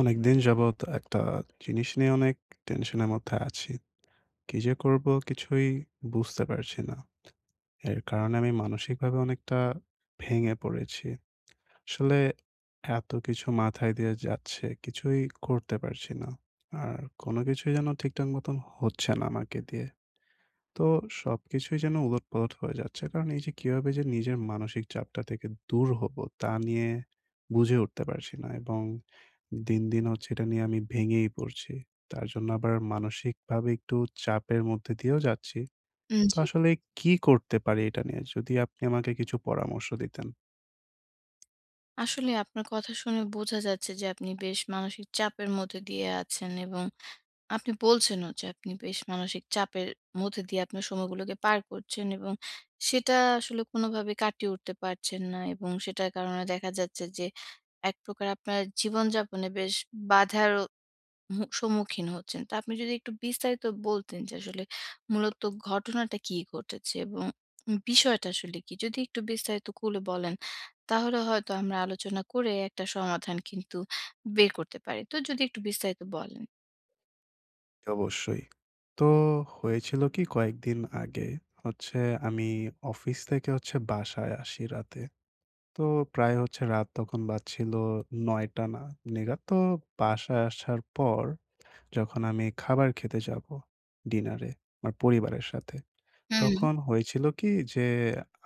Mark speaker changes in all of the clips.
Speaker 1: অনেকদিন যাবৎ একটা জিনিস নিয়ে অনেক টেনশনের মধ্যে আছি। কি যে করব কিছুই বুঝতে পারছি না। এর কারণে আমি মানসিকভাবে অনেকটা ভেঙে পড়েছি। আসলে এত কিছু মাথায় দিয়ে যাচ্ছে, কিছুই করতে পারছি না। আর কোনো কিছুই যেন ঠিকঠাক মতন হচ্ছে না আমাকে দিয়ে। তো সবকিছুই যেন উলটপালট হয়ে যাচ্ছে। কারণ এই যে কিভাবে যে নিজের মানসিক চাপটা থেকে দূর হব তা নিয়ে বুঝে উঠতে পারছি না এবং দিন, দিন হচ্ছে এটা নিয়ে আমি ভেঙেই পড়ছি। তার জন্য আবার মানসিকভাবে একটু চাপের মধ্যে দিয়েও যাচ্ছি। তো
Speaker 2: জি।
Speaker 1: আসলে কি করতে পারি এটা নিয়ে? যদি আপনি আমাকে কিছু পরামর্শ দিতেন।
Speaker 2: আসলে আপনার কথা শুনে বোঝা যাচ্ছে যে আপনি বেশ মানসিক চাপের মধ্যে দিয়ে আছেন এবং আপনি বলছেনও যে আপনি বেশ মানসিক চাপের মধ্যে দিয়ে আপনার সময়গুলোকে পার করছেন এবং সেটা আসলে কোনোভাবে কাটিয়ে উঠতে পারছেন না এবং সেটার কারণে দেখা যাচ্ছে যে এক প্রকার আপনার জীবনযাপনে বেশ বাধার সম্মুখীন হচ্ছেন। তো আপনি যদি একটু বিস্তারিত বলতেন যে আসলে মূলত ঘটনাটা কি ঘটেছে এবং বিষয়টা আসলে কি? যদি একটু বিস্তারিত খুলে বলেন তাহলে হয়তো আমরা আলোচনা করে একটা সমাধান কিন্তু বের করতে পারি। তো যদি একটু বিস্তারিত বলেন।
Speaker 1: অবশ্যই। তো হয়েছিল কি, কয়েকদিন আগে হচ্ছে আমি অফিস থেকে হচ্ছে বাসায় আসি রাতে। তো প্রায় হচ্ছে রাত তখন বাজছিল ৯ টা না নেগাদ। তো বাসায় আসার পর যখন আমি খাবার খেতে যাবো ডিনারে আমার পরিবারের সাথে।
Speaker 2: হুম।
Speaker 1: তখন হয়েছিল কি যে,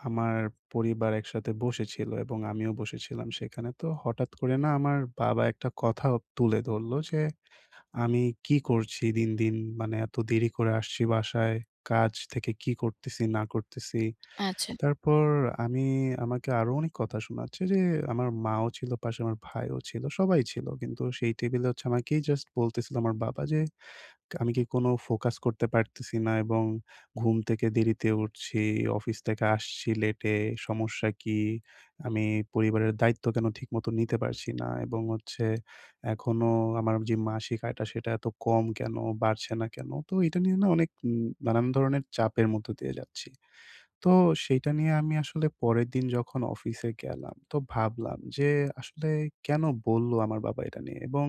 Speaker 1: আমার পরিবার একসাথে বসেছিল এবং আমিও বসেছিলাম সেখানে। তো হঠাৎ করে না আমার বাবা একটা কথা তুলে ধরল যে, "আমি কি করছি দিন, দিন? মানে এত দেরি করে আসছি বাসায়। কাজ থেকে কি করতেছি না করতেছি?"
Speaker 2: আচ্ছা।
Speaker 1: তারপর আমি, আমাকে আরো অনেক কথা শোনাচ্ছে যে, আমার মাও ছিল পাশে, আমার ভাইও ছিল। সবাই ছিল। কিন্তু সেই টেবলে হচ্ছে আমাকেই জাস্ট বলতেছিল আমার বাবা যে আমি কি কোনো ফোকাস করতে পারতেছি না এবং ঘুম থেকে দেরিতে উঠছি, অফিস থেকে আসছি লেটে। সমস্যা কি? আমি পরিবারের দায়িত্ব কেন ঠিকমতো নিতে পারছি না? এবং হচ্ছে এখনো আমার যে মাসিক আয়টা, সেটা এত কম কেন? বাড়ছে না কেন? তো এটা নিয়ে না অনেক নানান ধরনের চাপের মধ্য দিয়ে যাচ্ছি। তো সেইটা নিয়ে আমি আসলে পরের দিন যখন অফিসে গেলাম, তো ভাবলাম যে আসলে কেন বললো আমার বাবা এটা নিয়ে? এবং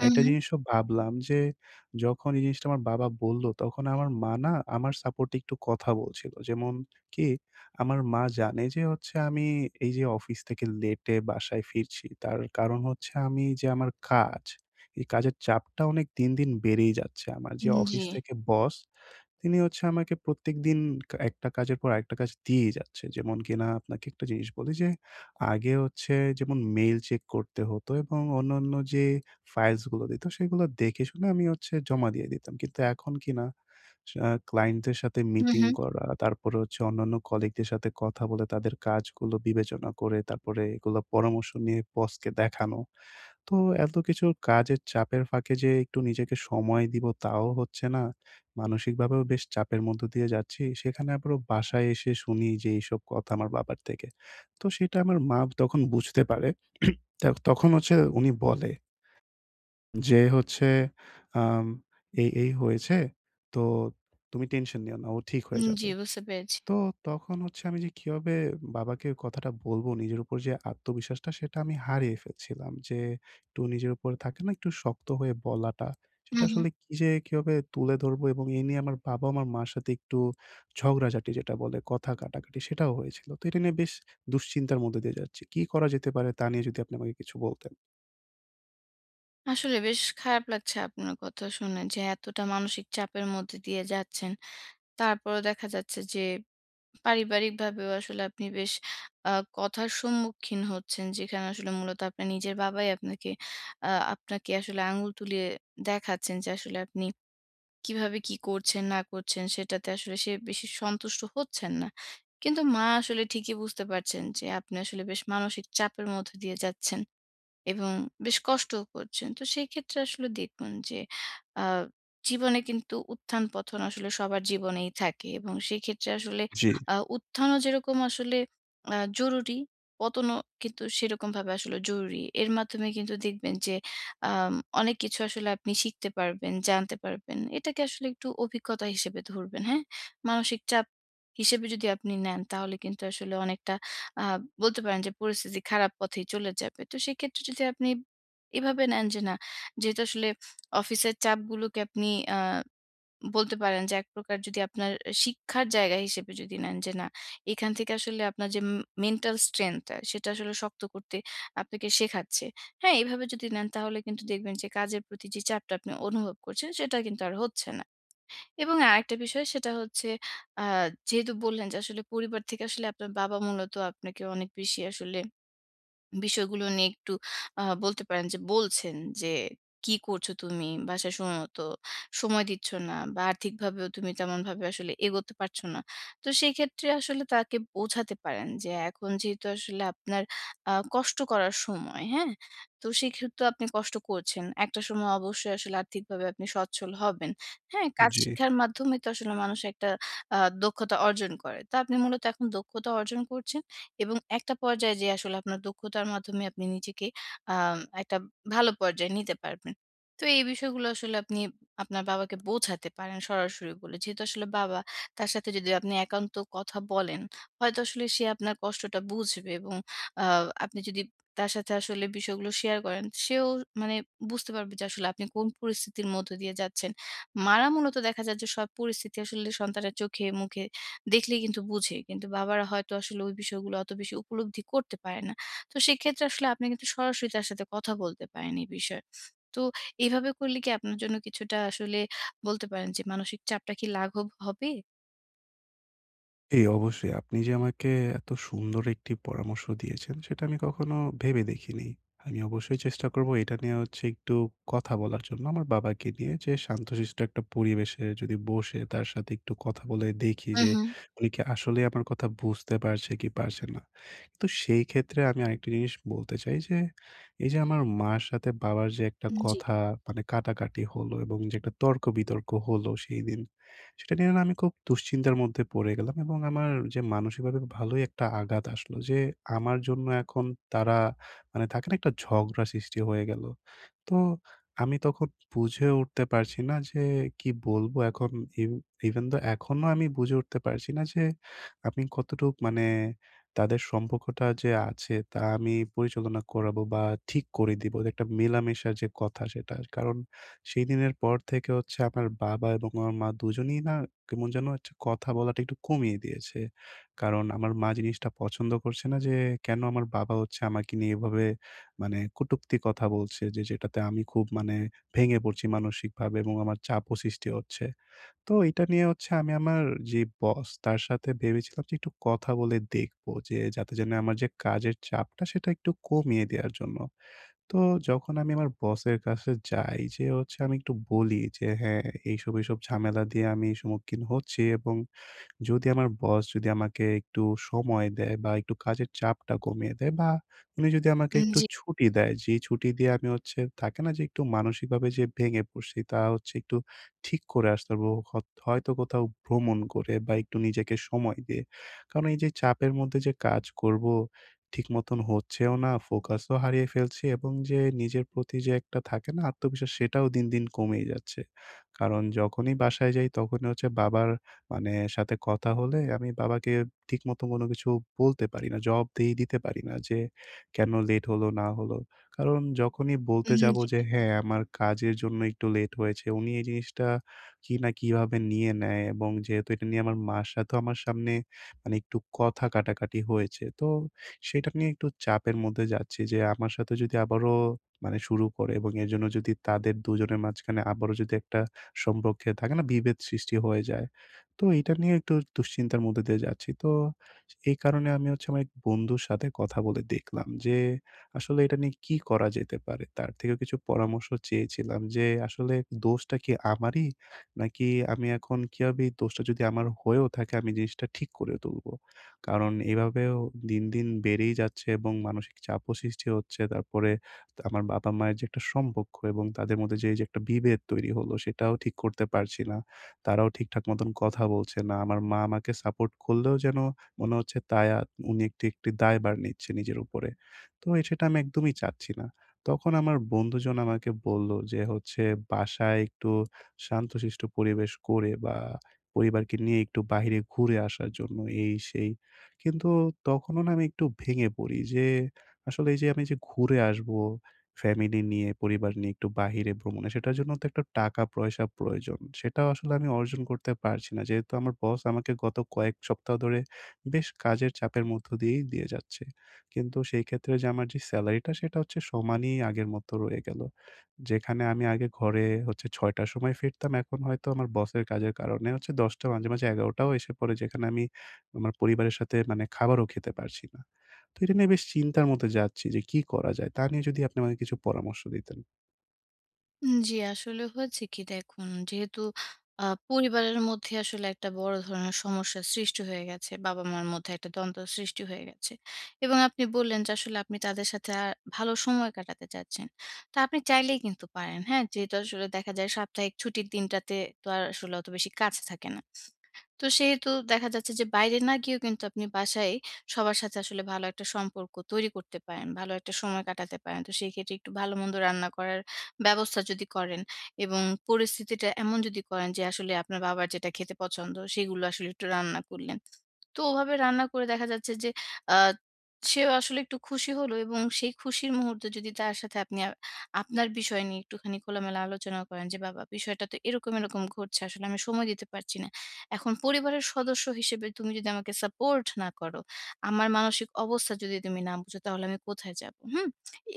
Speaker 2: হু, হু।
Speaker 1: জিনিসও ভাবলাম যে, যখন এই জিনিসটা আমার বাবা বলল, তখন আমার মা না আমার সাপোর্টে একটু কথা বলছিল। যেমন কি? আমার মা জানে যে হচ্ছে আমি এই যে অফিস থেকে লেটে বাসায় ফিরছি, তার কারণ হচ্ছে আমি যে আমার কাজ, এই কাজের চাপটা অনেক দিন, দিন বেড়েই যাচ্ছে। আমার যে
Speaker 2: জি।
Speaker 1: অফিস থেকে বস, তিনি হচ্ছে আমাকে প্রত্যেকদিন একটা কাজের পর আরেকটা কাজ দিয়েই যাচ্ছে। যেমন কিনা আপনাকে একটা জিনিস বলি যে, আগে হচ্ছে যেমন মেইল চেক করতে হতো এবং অন্যান্য যে ফাইলস গুলো দিত, সেগুলো দেখে শুনে আমি হচ্ছে জমা দিয়ে দিতাম। কিন্তু এখন কিনা ক্লায়েন্টদের সাথে
Speaker 2: হু,
Speaker 1: মিটিং
Speaker 2: হু।
Speaker 1: করা, তারপরে হচ্ছে অন্যান্য কলিগদের সাথে কথা বলে তাদের কাজগুলো বিবেচনা করে তারপরে এগুলো পরামর্শ নিয়ে বসকে দেখানো। তো এত কিছু কাজের চাপের ফাঁকে যে একটু নিজেকে সময় দিব, তাও হচ্ছে না। মানসিকভাবেও বেশ চাপের মধ্য দিয়ে যাচ্ছি। সেখানে আবারও বাসায় এসে শুনি যে এইসব কথা আমার বাবার থেকে। তো সেটা আমার মা তখন বুঝতে পারে। তা তখন হচ্ছে উনি বলে যে হচ্ছে, আম "এই হয়েছে। তো তুমি টেনশন নিও না। ও ঠিক হয়ে
Speaker 2: জি,
Speaker 1: যাবে।"
Speaker 2: বুঝতে পেরেছি।
Speaker 1: তো তখন হচ্ছে আমি যে কিভাবে বাবাকে কথাটা বলবো, নিজের উপর যে আত্মবিশ্বাসটা, সেটা আমি হারিয়ে ফেলছিলাম। যে একটু নিজের উপর থাকে না একটু শক্ত হয়ে বলাটা,
Speaker 2: হু,
Speaker 1: সেটা
Speaker 2: হু।
Speaker 1: আসলে কি, যে কিভাবে তুলে ধরবো, এবং এই নিয়ে আমার বাবা আমার মার সাথে একটু ঝগড়াঝাটি, যেটা বলে কথা কাটাকাটি, সেটাও হয়েছিল। তো এটা নিয়ে বেশ দুশ্চিন্তার মধ্যে দিয়ে যাচ্ছি। কি করা যেতে পারে, তা নিয়ে যদি আপনি আমাকে কিছু বলতেন?
Speaker 2: আসলে বেশ খারাপ লাগছে আপনার কথা শুনে যে এতটা মানসিক চাপের মধ্যে দিয়ে যাচ্ছেন। তারপরেও দেখা যাচ্ছে যে পারিবারিকভাবেও আসলে আপনি বেশ আ কথার সম্মুখীন হচ্ছেন। যেখানে আসলে মূলত আপনার নিজের বাবাই আপনাকে আপনাকে আসলে আঙুল তুলিয়ে দেখাচ্ছেন যে আসলে আপনি কিভাবে কি করছেন না করছেন সেটাতে আসলে সে বেশি সন্তুষ্ট হচ্ছেন না। কিন্তু মা আসলে ঠিকই বুঝতে পারছেন যে আপনি আসলে বেশ মানসিক চাপের মধ্য দিয়ে যাচ্ছেন। এবং বেশ কষ্টও করছেন। তো সেই ক্ষেত্রে আসলে দেখুন যে আ জীবনে কিন্তু উত্থান-পতন আসলে সবার জীবনেই থাকে এবং সেক্ষেত্রে আসলে
Speaker 1: জি,
Speaker 2: উত্থানও যেরকম আসলে জরুরি, পতনও কিন্তু সেরকমভাবে আসলে জরুরি। এর মাধ্যমে কিন্তু দেখবেন যে আম অনেক কিছু আসলে আপনি শিখতে পারবেন, জানতে পারবেন। এটাকে আসলে একটু অভিজ্ঞতা হিসেবে ধরবেন, হ্যাঁ? মানসিক চাপ হিসেবে যদি আপনি নেন তাহলে কিন্তু আসলে অনেকটা আ বলতে পারেন যে পরিস্থিতি খারাপ পথেই চলে যাবে। তো সেক্ষেত্রে যদি আপনি এভাবে নেন যে না, যেহেতু আসলে অফিসের চাপগুলোকে আপনি আ বলতে পারেন যে একপ্রকার যদি আপনার শিক্ষার জায়গা হিসেবে যদি নেন যে না, এখান থেকে আসলে আপনার যে মেন্টাল স্ট্রেংথ টা সেটা আসলে শক্ত করতে আপনাকে শেখাচ্ছে। হ্যাঁ, এভাবে যদি নেন তাহলে কিন্তু দেখবেন যে কাজের প্রতি যে চাপটা আপনি অনুভব করছেন সেটা কিন্তু আর হচ্ছে না। এবং আরেকটা বিষয় সেটা হচ্ছে আ যেহেতু বললেন যে আসলে পরিবার থেকে আসলে আপনার বাবা মূলত আপনাকে অনেক বেশি আসলে বিষয়গুলো নিয়ে একটু বলতে পারেন যে বলছেন যে, "কি করছো তুমি? বাসায় সময়মতো সময় দিচ্ছ না বা আর্থিকভাবেও তুমি তেমনভাবে আসলে এগোতে পারছো না।" তো সেক্ষেত্রে আসলে তাকে বোঝাতে পারেন যে এখন যেহেতু আসলে আপনার কষ্ট করার সময়, হ্যাঁ? তো সেক্ষেত্রেও আপনি কষ্ট করছেন। একটা সময় অবশ্যই আসলে আর্থিকভাবে আপনি সচ্ছল হবেন। হ্যাঁ? কাজ
Speaker 1: জি।
Speaker 2: শিখার মাধ্যমে তো আসলে মানুষ একটা আ দক্ষতা অর্জন করে। তো আপনি মূলত এখন দক্ষতা অর্জন করছেন। এবং একটা পর্যায়ে যেয়ে আসলে আপনার দক্ষতার মাধ্যমে আপনি নিজেকে আম একটা ভালো পর্যায়ে নিতে পারবেন। তো এই বিষয়গুলো আসলে আপনি আপনার বাবাকে বোঝাতে পারেন সরাসরি বলে। যেহেতু আসলে বাবা, তার সাথে যদি আপনি একান্ত কথা বলেন, হয়তো আসলে সে আপনার কষ্টটা বুঝবে এবং আ আপনি যদি তার সাথে আসলে বিষয়গুলো শেয়ার করেন, সেও মানে বুঝতে পারবে যে আসলে আপনি কোন পরিস্থিতির মধ্য দিয়ে যাচ্ছেন। মারা মূলত দেখা যায় যে সব পরিস্থিতি আসলে সন্তানের চোখে-মুখে দেখলেই কিন্তু বুঝে। কিন্তু বাবারা হয়তো আসলে ওই বিষয়গুলো অত বেশি উপলব্ধি করতে পারে না। তো সেক্ষেত্রে আসলে আপনি কিন্তু সরাসরি তার সাথে কথা বলতে পারেন এই বিষয়ে। তো এভাবে করলে কি আপনার জন্য কিছুটা আসলে বলতে পারেন যে মানসিক চাপটা কি লাঘব হবে?
Speaker 1: জি, অবশ্যই। আপনি যে আমাকে এত সুন্দর একটি পরামর্শ দিয়েছেন, সেটা আমি কখনো ভেবে দেখিনি। আমি অবশ্যই চেষ্টা করব এটা নিয়ে হচ্ছে একটু কথা বলার জন্য আমার বাবাকে নিয়ে, যে শান্তশিষ্ট একটা পরিবেশে যদি বসে তার সাথে একটু কথা বলে দেখি যে
Speaker 2: উম-হুম।
Speaker 1: উনি কি আসলেই আমার কথা বুঝতে পারছে কি পারছে না। তো সেই ক্ষেত্রে আমি আরেকটা জিনিস বলতে চাই যে, এই যে আমার মার সাথে বাবার যে একটা
Speaker 2: উম জি।
Speaker 1: কথা, মানে কাটাকাটি হলো এবং যে একটা তর্ক-বিতর্ক হলো সেইদিন। সেটা নিয়ে না আমি খুব দুশ্চিন্তার মধ্যে পড়ে গেলাম, এবং আমার যে মানসিকভাবে ভালোই একটা আঘাত আসলো যে আমার জন্য এখন তারা, মানে থাকে না, একটা ঝগড়া সৃষ্টি হয়ে গেল। তো আমি তখন বুঝে উঠতে পারছি না যে কি বলবো এখন। ইভ ইভেন দো এখনো আমি বুঝে উঠতে পারছি না যে আমি কতটুক, মানে তাদের সম্পর্কটা যে আছে তা আমি পরিচালনা করাবো বা ঠিক করে দিবো। একটা মেলামেশার যে কথা, সেটা। কারণ সেই দিনের পর থেকে হচ্ছে আমার বাবা এবং আমার মা দুজনেই না কেমন যেন হচ্ছে কথা বলাটা একটু কমিয়ে দিয়েছে। কারণ আমার মা জিনিসটা পছন্দ করছে না যে, কেন আমার বাবা হচ্ছে আমাকে নিয়ে এভাবে, মানে কটূক্তি কথা বলছে, যে যেটাতে আমি খুব, মানে ভেঙে পড়ছি মানসিকভাবে এবং আমার চাপও সৃষ্টি হচ্ছে। তো এটা নিয়ে হচ্ছে আমি আমার যে বস, তার সাথে ভেবেছিলাম যে একটু কথা বলে দেখব, যে যাতে যেন আমার যে কাজের চাপটা সেটা একটু কমিয়ে দেয়ার জন্য। তো যখন আমি আমার বসের কাছে যাই যে হচ্ছে আমি একটু বলি যে, "হ্যাঁ, এইসব, এইসব ঝামেলা দিয়ে আমি সম্মুখীন হচ্ছি, এবং যদি আমার বস যদি আমাকে একটু সময় দেয়, বা একটু কাজের চাপটা কমিয়ে দেয়, বা উনি যদি আমাকে
Speaker 2: উম
Speaker 1: একটু
Speaker 2: জি,
Speaker 1: ছুটি দেয়, যেই ছুটি দিয়ে আমি হচ্ছে থাকে না যে একটু মানসিকভাবে যে ভেঙে পড়ছি, তা হচ্ছে একটু ঠিক করে আসতে পারবো। হয়তো কোথাও ভ্রমণ করে বা একটু নিজেকে সময় দিয়ে। কারণ এই যে চাপের মধ্যে যে কাজ করব, ঠিক মতন হচ্ছেও না, ফোকাসও হারিয়ে ফেলছি এবং যে নিজের প্রতি যে একটা থাকে না আত্মবিশ্বাস, সেটাও দিন, দিন কমেই যাচ্ছে। কারণ যখনই বাসায় যাই তখনই হচ্ছে বাবার, মানে সাথে কথা হলে আমি বাবাকে ঠিকমতো কোনো কিছু বলতে পারি না। জবাবদিহি দিতে পারি না যে কেন লেট হলো না হলো। কারণ যখনই বলতে
Speaker 2: উম
Speaker 1: যাব
Speaker 2: জি।
Speaker 1: যে হ্যাঁ, আমার কাজের জন্য একটু লেট হয়েছে, উনি এই জিনিসটা কি না কিভাবে নিয়ে নেয়, এবং যেহেতু এটা নিয়ে আমার মার সাথেও আমার সামনে, মানে একটু কথা কাটাকাটি হয়েছে। তো সেটা নিয়ে একটু চাপের মধ্যে যাচ্ছি যে আমার সাথে যদি আবারও, মানে শুরু করে, এবং এর জন্য যদি তাদের দুজনের মাঝখানে আবারও যদি একটা সম্পর্কে, থাকে না, বিভেদ সৃষ্টি হয়ে যায়। তো এইটা নিয়ে একটু দুশ্চিন্তার মধ্যে দিয়ে যাচ্ছি। তো এই কারণে আমি হচ্ছে আমার এক বন্ধুর সাথে কথা বলে দেখলাম যে, আসলে এটা নিয়ে কি করা যেতে পারে? তার থেকেও কিছু পরামর্শ চেয়েছিলাম যে, আসলে দোষটা কি আমারই? নাকি আমি এখন কিভাবে এই দোষটা, যদি আমার হয়েও থাকে, আমি জিনিসটা ঠিক করে তুলবো? কারণ এভাবেও দিন, দিন বেড়েই যাচ্ছে এবং মানসিক চাপও সৃষ্টি হচ্ছে। তারপরে আমার বাবা-মায়ের যে একটা সম্পর্ক এবং তাদের মধ্যে যে, এই যে একটা বিভেদ তৈরি হলো, সেটাও ঠিক করতে পারছি না। তারাও ঠিকঠাক মতন কথা বলছে না। আমার মা আমাকে সাপোর্ট করলেও যেন মনে হচ্ছে উনি একটি দায়ভার নিচ্ছে নিজের উপরে। তো সেটা আমি একদমই চাচ্ছি না। তখন আমার বন্ধুজন আমাকে বলল যে হচ্ছে বাসায় একটু শান্তশিষ্ট পরিবেশ করে, বা পরিবারকে নিয়ে একটু বাহিরে ঘুরে আসার জন্য, এই সেই। কিন্তু তখনও না আমি একটু ভেঙে পড়ি যে আসলে এই যে আমি যে ঘুরে আসবো ফ্যামিলি নিয়ে, পরিবার নিয়ে একটু বাহিরে ভ্রমণে, সেটার জন্য তো একটা টাকা-পয়সা প্রয়োজন। সেটাও আসলে আমি অর্জন করতে পারছি না। যেহেতু আমার বস আমাকে গত কয়েক সপ্তাহ ধরে বেশ কাজের চাপের মধ্য দিয়েই দিয়ে যাচ্ছে। কিন্তু সেই ক্ষেত্রে যে আমার যে সেলারিটা, সেটা হচ্ছে সমানই আগের মতো রয়ে গেল। যেখানে আমি আগে ঘরে হচ্ছে ৬:০০ টার সময় ফিরতাম, এখন হয়তো আমার বসের কাজের কারণে হচ্ছে ১০:০০, মাঝে, মাঝে ১১:০০ টাও এসে পড়ে, যেখানে আমি আমার পরিবারের সাথে, মানে খাবারও খেতে পারছি না। তো এটা নিয়ে বেশ চিন্তার মধ্যে যাচ্ছি যে কি করা যায়? তা নিয়ে যদি আপনি আমাকে কিছু পরামর্শ দিতেন।
Speaker 2: জি, আসলে হয়েছে কি দেখুন, যেহেতু আ পরিবারের মধ্যে আসলে একটা বড় ধরনের সমস্যার সৃষ্টি হয়ে গেছে। বাবা-মার মধ্যে একটা দ্বন্দ্ব সৃষ্টি হয়ে গেছে। এবং আপনি বললেন যে আসলে আপনি তাদের সাথে ভালো সময় কাটাতে চাচ্ছেন। তো আপনি চাইলেই কিন্তু পারেন, হ্যাঁ? যেহেতু আসলে দেখা যায় সাপ্তাহিক ছুটির দিনটাতে তো আর আসলে অত বেশি কাজ থাকে না। তো সেহেতু দেখা যাচ্ছে যে বাইরে না গিয়েও কিন্তু আপনি বাসায় সবার সাথে আসলে ভালো একটা সম্পর্ক তৈরি করতে পারেন, ভালো একটা সময় কাটাতে পারেন। তো সেই ক্ষেত্রে একটু ভালো-মন্দ রান্না করার ব্যবস্থা যদি করেন এবং পরিস্থিতিটা এমন যদি করেন যে আসলে আপনার বাবার যেটা খেতে পছন্দ সেগুলো আসলে একটু রান্না করলেন। তো ওভাবে রান্না করে দেখা যাচ্ছে যে আ সেও আসলে একটু খুশি হলো এবং সেই খুশির মুহূর্তে যদি তার সাথে আপনি আপনার বিষয় নিয়ে একটুখানি খোলামেলা আলোচনা করেন যে, "বাবা বিষয়টা তো এরকম, এরকম ঘটছে। আসলে আমি সময় দিতে পারছি না। এখন পরিবারের সদস্য হিসেবে তুমি যদি আমাকে সাপোর্ট না করো, আমার মানসিক অবস্থা যদি তুমি না বুঝো তাহলে আমি কোথায় যাবো?" হুম?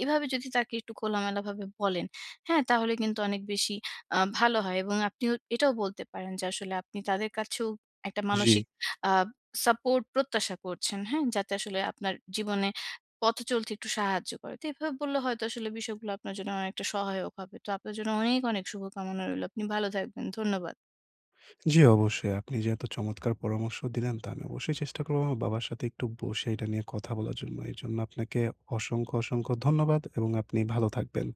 Speaker 2: এভাবে যদি তাকে একটু খোলামেলাভাবে বলেন, হ্যাঁ? তাহলে কিন্তু অনেক বেশি ভালো হয় এবং আপনিও এটাও বলতে পারেন যে আসলে আপনি তাদের কাছেও একটা
Speaker 1: জি।
Speaker 2: মানসিক আ সাপোর্ট প্রত্যাশা করছেন, হ্যাঁ? যাতে আসলে আপনার জীবনে পথ চলতে একটু সাহায্য করে। তো এভাবে বললে হয়তো আসলে বিষয়গুলো আপনার জন্য অনেকটা সহায়ক হবে। তো আপনার জন্য অনেক, অনেক শুভকামনা রইলো। আপনি ভালো থাকবেন। ধন্যবাদ।
Speaker 1: জি, অবশ্যই। আপনি যে এত চমৎকার পরামর্শ দিলেন, তা আমি অবশ্যই চেষ্টা করব আমার বাবার সাথে একটু বসে এটা নিয়ে কথা বলার জন্য। এজন্য আপনাকে অসংখ্য, অসংখ্য ধন্যবাদ, এবং আপনি ভালো থাকবেন।